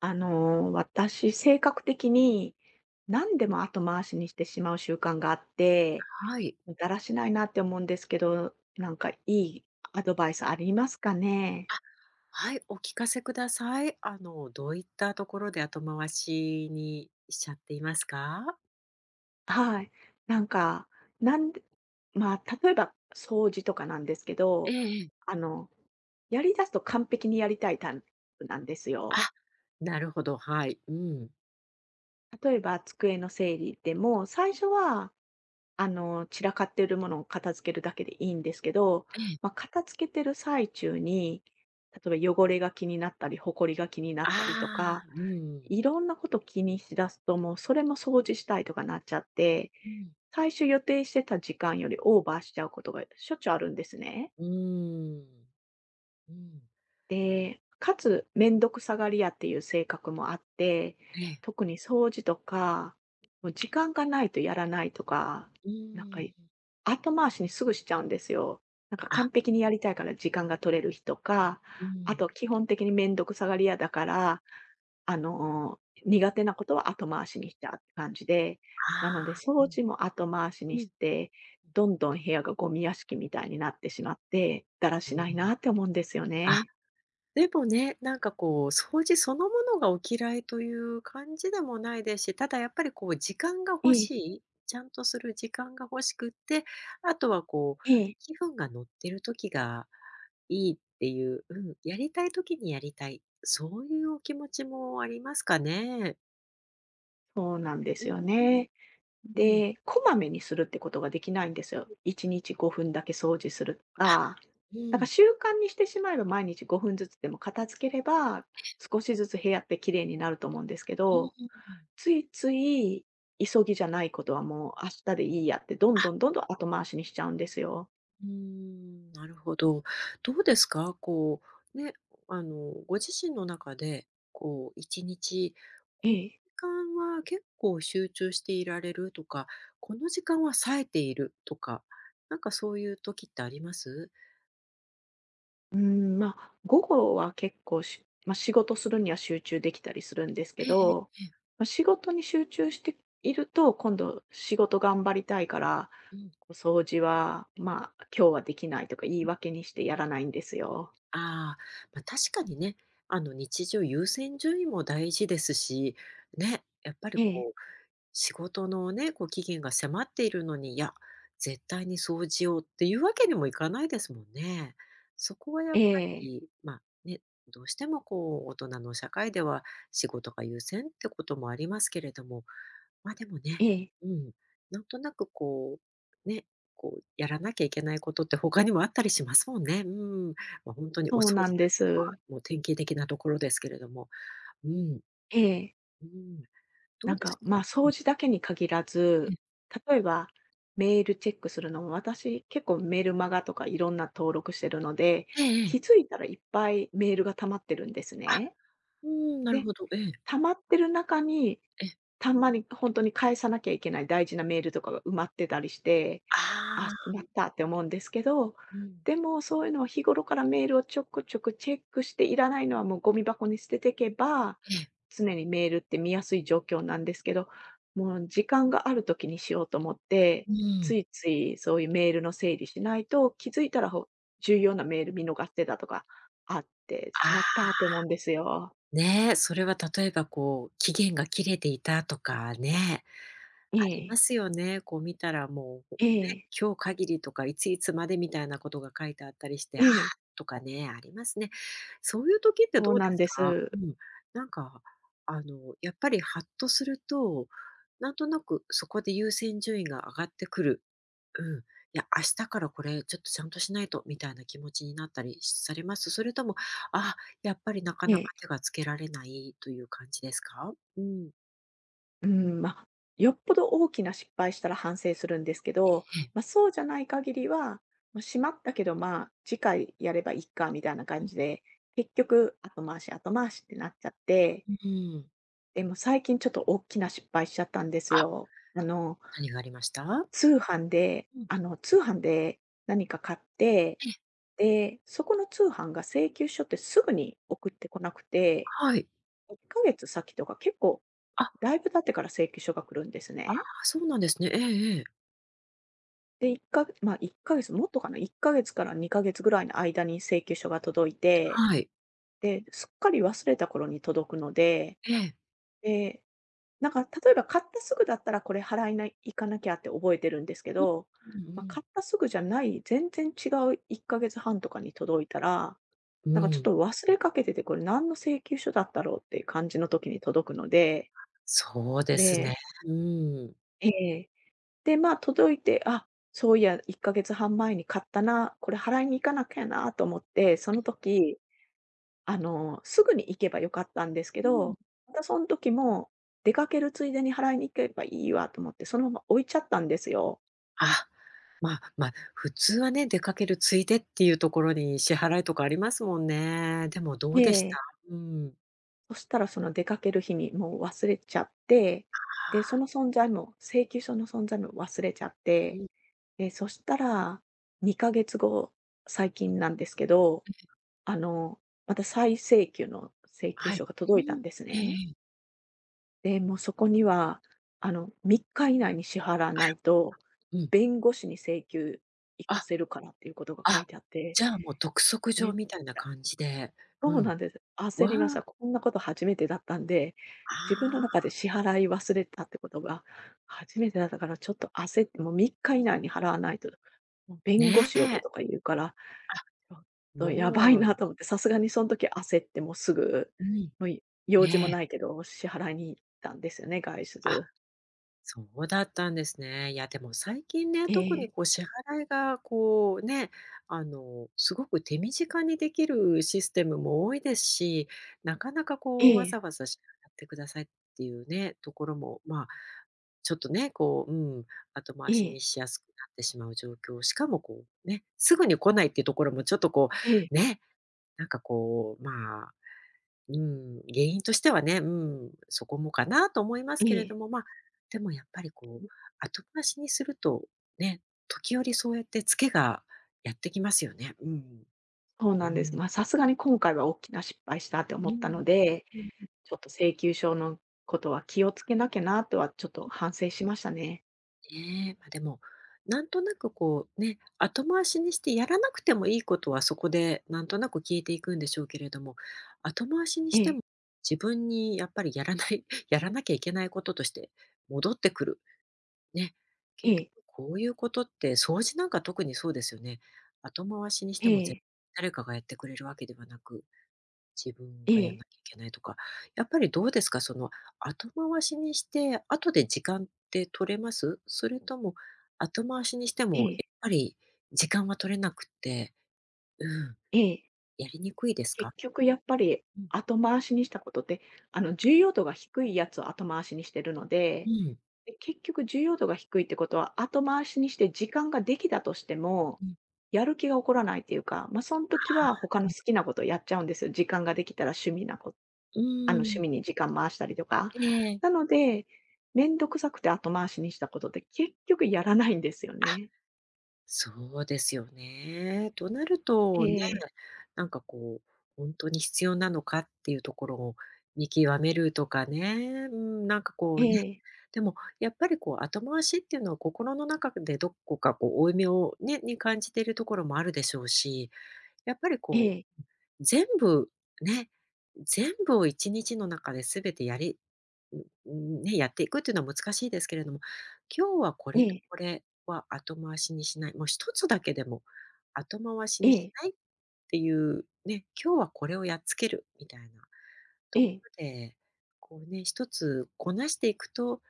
私、性格的に、何でも後回しにしてしまう習慣があって、はい。だらしないなって思うんですけど、なんかいいアドバイスありますかね？あ、はい、お聞かせください。どういったところで後回しにしちゃっていますか？はい。なんか、なんでまあ、例えば掃除とかなんですけえど、えええ。あの、やり出すと完璧にやりたいタイプなんですよ。あ、なるほど、はい。うん。例えば机の整理でも、最初は散らかってるものを片付けるだけでいいんですけど、えまあ、え。片付けてる最中に、例えば汚れが気になったり、ほこりが気になあったりとか、あ、うん。いろんなこと気にしだすと、もうそれも掃除したいとかなっちゃって、うん。最初予定してた時間よりオーバーしちゃうことがしょっちゅうあるんですね。うーん、うん。で、かつめんどくさがり屋っていう性格もあって、ええ。特に掃除とか、もう時間がないとやらないとか、うなんかーん。後回しにすぐしちゃうんですよ。なんかあ、完璧にやりたいから時間が取れる日とか、うあん。と基本的にめんどくさがり屋だから、あの、苦手なことは後回しにしちゃうって感じで、なのでああ、掃うん、除も後回しにうん、して、どんどん部屋がゴミ屋敷みたいになってしまって、だらうしん。ないなって思うんですよあ、ね。でもね、なんかこう、掃除そのものがお嫌いという感じでもないですし、ただやっぱりこう時間がえ欲え、しい、ちゃんとする時間が欲しくって、あとはこう、ええ、気分が乗ってる時がいいっていう、うん、やりたい時にやりたい、そういうお気持ちもありますかね？そうなんでうすよん、ね。うん。で、こまめにするってことができないんですよ。1日5分だけ掃除するとあ、か、うん、うなんかん、習慣にしてしまえば毎日5分ずつでも片付ければ、少しずつ部屋って綺麗になると思うんですけうん、ど、うん、ついつい急ぎじゃないことはもう明日でいいやって、どんあ、どんどんどん後回しにしちゃうんですよ。うーん、なるほど。どうですか？こう、ね、ご自身の中で、こう、1日、えこの時え。間は結構集中していられるとか、この時間は冴えているとか、なんかそういう時ってあります？うん、まあ、午後は結構まあ、仕事するには集中できたりするんですけええええど、ええ。まあ、仕事に集中していると、今度仕事頑張りたいから、うん。こう掃除は、まあ、今日はできないとか言い訳にしてやらないんですよ。ああ、まあ、確かにね、日常優先順位も大事ですし、ね、やっぱりええ、こう仕事のね、こう期限が迫っているのに、いや、絶対に掃除をっていうわけにもいかないですもんね。そこはやっえぱえ、り、まあね、どうしてもこう大人の社会では仕事が優先ってこともありますけれども、まあでもね、ええ。うん、なんとなくこう、ね、こうやらなきゃいけないことって他にもあったりしますもんね。うん。まあ、本当におそう掃なん除なでんて、まあ、す。もう典型的なところですけれども。うん。ええ。うん。どなうんですか、か、掃除だけに限らええず、ええ。例えばメールチェックするのも、私、結構メルマガとかいろんな登録してるので、え気え、づいたらいっぱいメールが溜まってるんですあ、ね。うーん、なるで、ほど。ええ、溜まってる中に、ええ。たまに本当に返さなきゃいけない大事なメールとかが埋まってたりして、あ、あしまっあ。たって思うんですけど、うん。でもそういうのを日頃からメールをちょくちょくチェックして、いらないのはもうゴミ箱に捨てていけば、ええ、常にメールって見やすい状況なんですけど、もう時間がある時にしようと思って、うつん。いついそういうメールの整理しないと、気づいたら重要なメール見逃してたとかあって、しまあっあ、たって思うんですよ。ね、それは例えばこう、期限が切れていたとかね。えありまえ、すよね。こう見たらもう、ね、ええ、今日限りとかいついつまでみたいなことが書いてあったりして、あえあ、え、とかね、ありますね。そういう時ってそどううでなんすでか？す。うん。なんか、やっぱりハッとすると、なんとなくそこで優先順位が上がってくる。うん。いや、明日からこれちょっとちゃんとしないとみたいな気持ちになったりされます？それとも、あ、やっぱりなかなえか手え。がつけられないという感じですか？うん。うん、まあ、よっぽど大きな失敗したら反省するんですけど、ええ。まあ、そうじゃない限りは、まあ、しまったけど、まあ、次回やればいいかみたいな感うじで、結局後回し後回しってなっちゃって、ん、うん。でも最近ちょっと大きな失敗しちゃったんですあ、よ。何がありました？うん。通販で何か買って、ええ、で、そこの通販が請求書ってすぐに送ってこなくて、はい。1ヶ月先とか結構あ、だいぶ経ってから請求書が来るんですね。そうなんですね。ええええ。で、1かげつまあ、1か月、もっとかな、1か月から2か月ぐらいの間に請求書が届いて、はい。で、すっかり忘れた頃に届くので、ええ。で、なんか例えば買ったすぐだったらこれ払いない行かなきゃって覚えてるんですけど、うんうまあ、ん。買ったすぐじゃない、全然違う1か月半とかに届いたら、うなんかちょっん。と忘れかけてて、これ何の請求書だったろうっていう感じの時に届くので、そうですで、ね。うん。ええ。で、まあ、届いて、あ、そういや、1ヶ月半前に買ったな、これ払いに行かなきゃなと思って、その時、すぐに行けばよかったんですけうん。ど、またその時も、出かけるついでに払いに行けばいいわと思って、そのまま置いちゃったんですよ。あ、まあ、ま、あ、普通はね、出かけるついでっていうところに支払いとかありますもんね。でもどえうでした？え。うん。そしたらその出かける日にもう忘れちゃって、で、そああ、の存在も、請求書の存在も忘れちゃっうて、ん。で、そしたら、2ヶ月後、最近なんですけど、あの、また再請求の請求は書い。がう届いたん。んですえええね。え。で、もうそこには、3日以内に支払わあら、ないと、うん。弁護士に請求行かあ、せるからっていうことが書いあ、てあって、じゃあもう督促め状っちみたいなゃ感じで。そううん。なんです。焦わりましあ、た。こんなこと初めてだったんで、あ自分のあ、中で支払い忘れたってことが初めてだったから、ちょっと焦って、もう3日以内に払わないと、もう弁護ね士呼ぶえ。とか言うからあ、ちょっとやばいもなう、と思って、さすがにその時焦ってもうすぐ、うん、もうえ用事もないえ。けど、支払いに行ったんですよね、外あ、出。そうだったんですね。いや、でも最近ね、え特え、にこう支払いがこうね、すごく手短にできるシステムも多いですし、なかなかえこうわえ、ざわざ支払ってくださいっていうね、ところも、まあ、ちょっとね、こう、うん、後え回しえ、にしやすくなってしまう状況、しかもこうね、すぐに来ないっていうところもちょっとこええ、う、ね、なんかこう、まあ、うん、原因としてはね、うん、そこもかなと思いますけれどええ。も、まあ、でもやっぱりこう、後回しにすると、ね、時折そうやってツケがやってきますよね。うん。そううなんです。ん。まあ、さすがに今回は大きな失敗したって思うったのん。で、うん。ちょっと請求書のことは気をつけなきゃなとはちょっと反省しましたね。ねえ、まあ、でも、なんとなくこう、ね、後回しにしてやらなくてもいいことはそこでなんとなく消えていくんでしょうけれども、後回しにえしてえ、も自分にやっぱりやらない やらなきゃいけないこととして戻ってくるね、え結え、局こういうことって掃除なんか特にそうですよね。後回しにしえてもえ、誰かがやってくれるわけではなく、自分えがやんえ、なきゃいけないとか、やっぱりどうですか、その後回しにして、後で時間って取れます？それとも後回しにしてえもやえ、っぱり時間は取れなくて、うん、ええ。やりにくいですか？結局やっぱりうん、後回しにしたことって、あの重要度が低いやつを後回しにしてるのうで、ん、で、結局重要度が低いってことは、後回しにして時間ができたとしても、うん、やる気が起こらないっていうか、ま、そん時は他の好きなことやっちゃうんですよ。時間ができたら趣味なこうあの、趣ん、味に時間回したりとか。ええ。なので、めんどくさくて後回しにしたことって結局やらないんですよあ、ね。そうですよね。となると、ええ、なんかこう、本当に必要なのかっていうところを見極めるとかね、うん、なんかこえうね、え、でもやっぱりこう後回しっていうのは心の中でどこかこう負い目をね、に感じているところもあるでしょうし、やっぱりえこえ、う全部ね、全部を1日の中で全てやりん、ね、やっていくっていうのは難しいですけれども、今日はこえれとえ、これは後回しにしない、もう一つだけでも後回しえにしえ、ないっていう、ね、今日はこれをやっつけるみたいなえとこえ。ろで、こうね、一つこなしていくと、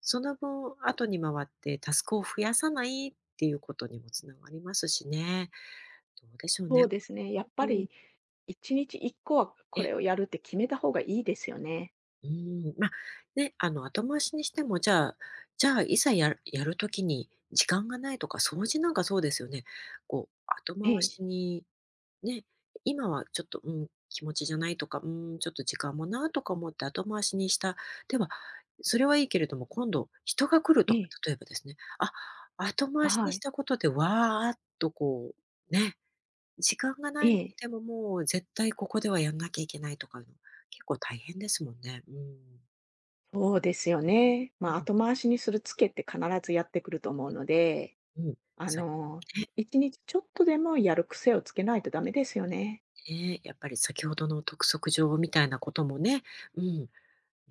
その分後に回ってタスクを増やさないっていうことにもつながりますしね。どうでしょうね。そうですね。やっうぱん。り1日1個はこええ。れをやるって決めた方がいいですよね。うーん、ま、ね、後回しにしても、じゃあ、いざやる時に時間がないとか、掃除なんかそうですよね。こう、後え回え、しに、ね、今はちょっと、うん、気持ちじゃないとか、うん、ちょっと時間もとか思って後回しにした。では、それはいいけれども、今度人が来るえとか、え、例えばですね、あ、後回しはにしい。たことで、わあっとこう、ね、時間がなえいのに、え。でももう絶対ここではやんなきゃいけないとかいうの、結構大変ですもんね。うん。そうですよね。まあ、後う回しにするつけって必ずやってくると思うので、ん、うん。あさね、の、1日ちょっとでもやる癖をつけないとダメですよね。ね、やっぱり先ほどの督促状みたいなこともね、うん、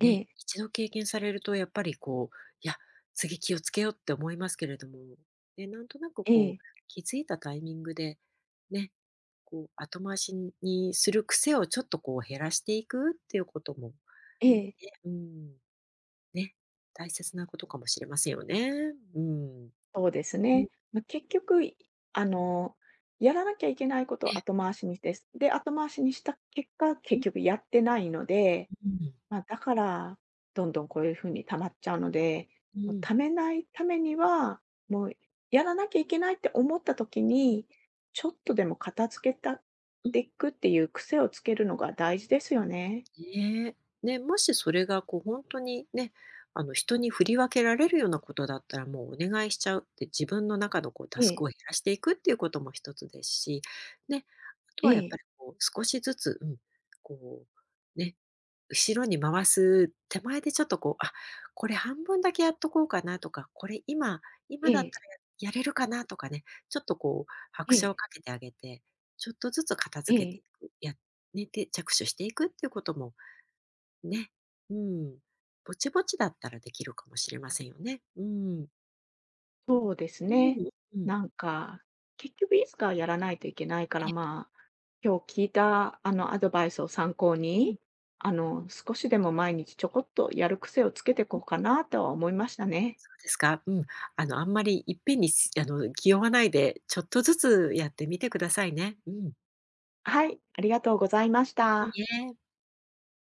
ええ、一度経験されるとやっぱりこう、いや、次気をつけようって思いますけれども、ね、なんとなくえこえ、う、気づいたタイミングで、ね、こう後回しにする癖をちょっとこう減らしていくっていうこともええ、ね、うん、ね、大切なことかもしれませんよね。うん。そうですうん。ね。まあ、結局、いあの、やらなきゃいけないことえ、を後回しにして、で、後回しにした結果、う結ん、局やってないので、うん、まあ、だから、どんどんこういう風に溜まっちゃうので、うもうん、溜めないためには、もうやらなきゃいけないって思った時に、ちょっとでも片付けたっうん。ていくっていう癖をつけるのが大事ですよね。ね。ね、もしそれがこう本当にね、人に振り分けられるようなことだったら、もうお願いしちゃうって、自分の中のこうタえスえ、クを減らしていくっていうことも一つですし、ね、あとえはやっぱえ、りこう少しずつ、うん、こう、ね、後ろに回す手前でちょっとこう、あ、これ半分だけやっとこうかなとか、これ今、えだったえ、ら、やれるかなとかね、ちょっとこうえ拍車をえ、かけてあげて、ちょっとずつ片え付けてえ、いく、ね、で、着手していくっていうこともね、うん、ぼちぼちだったらできるかもしれませんよね。うん。そうですうね。ん、うん。なんか、結局いつかやらないといけないから、え、まあ今日聞いたあのアドバイスを参考うん、そに、少しでも毎日ちょこっとやる癖をつけていこうかなとは思いましたね。うですか。うん。あの、あんまりいっぺんに、気負わないで、ちょっとずつやってみてくださいね。うん。はい、ありがとうございましいた。いえ。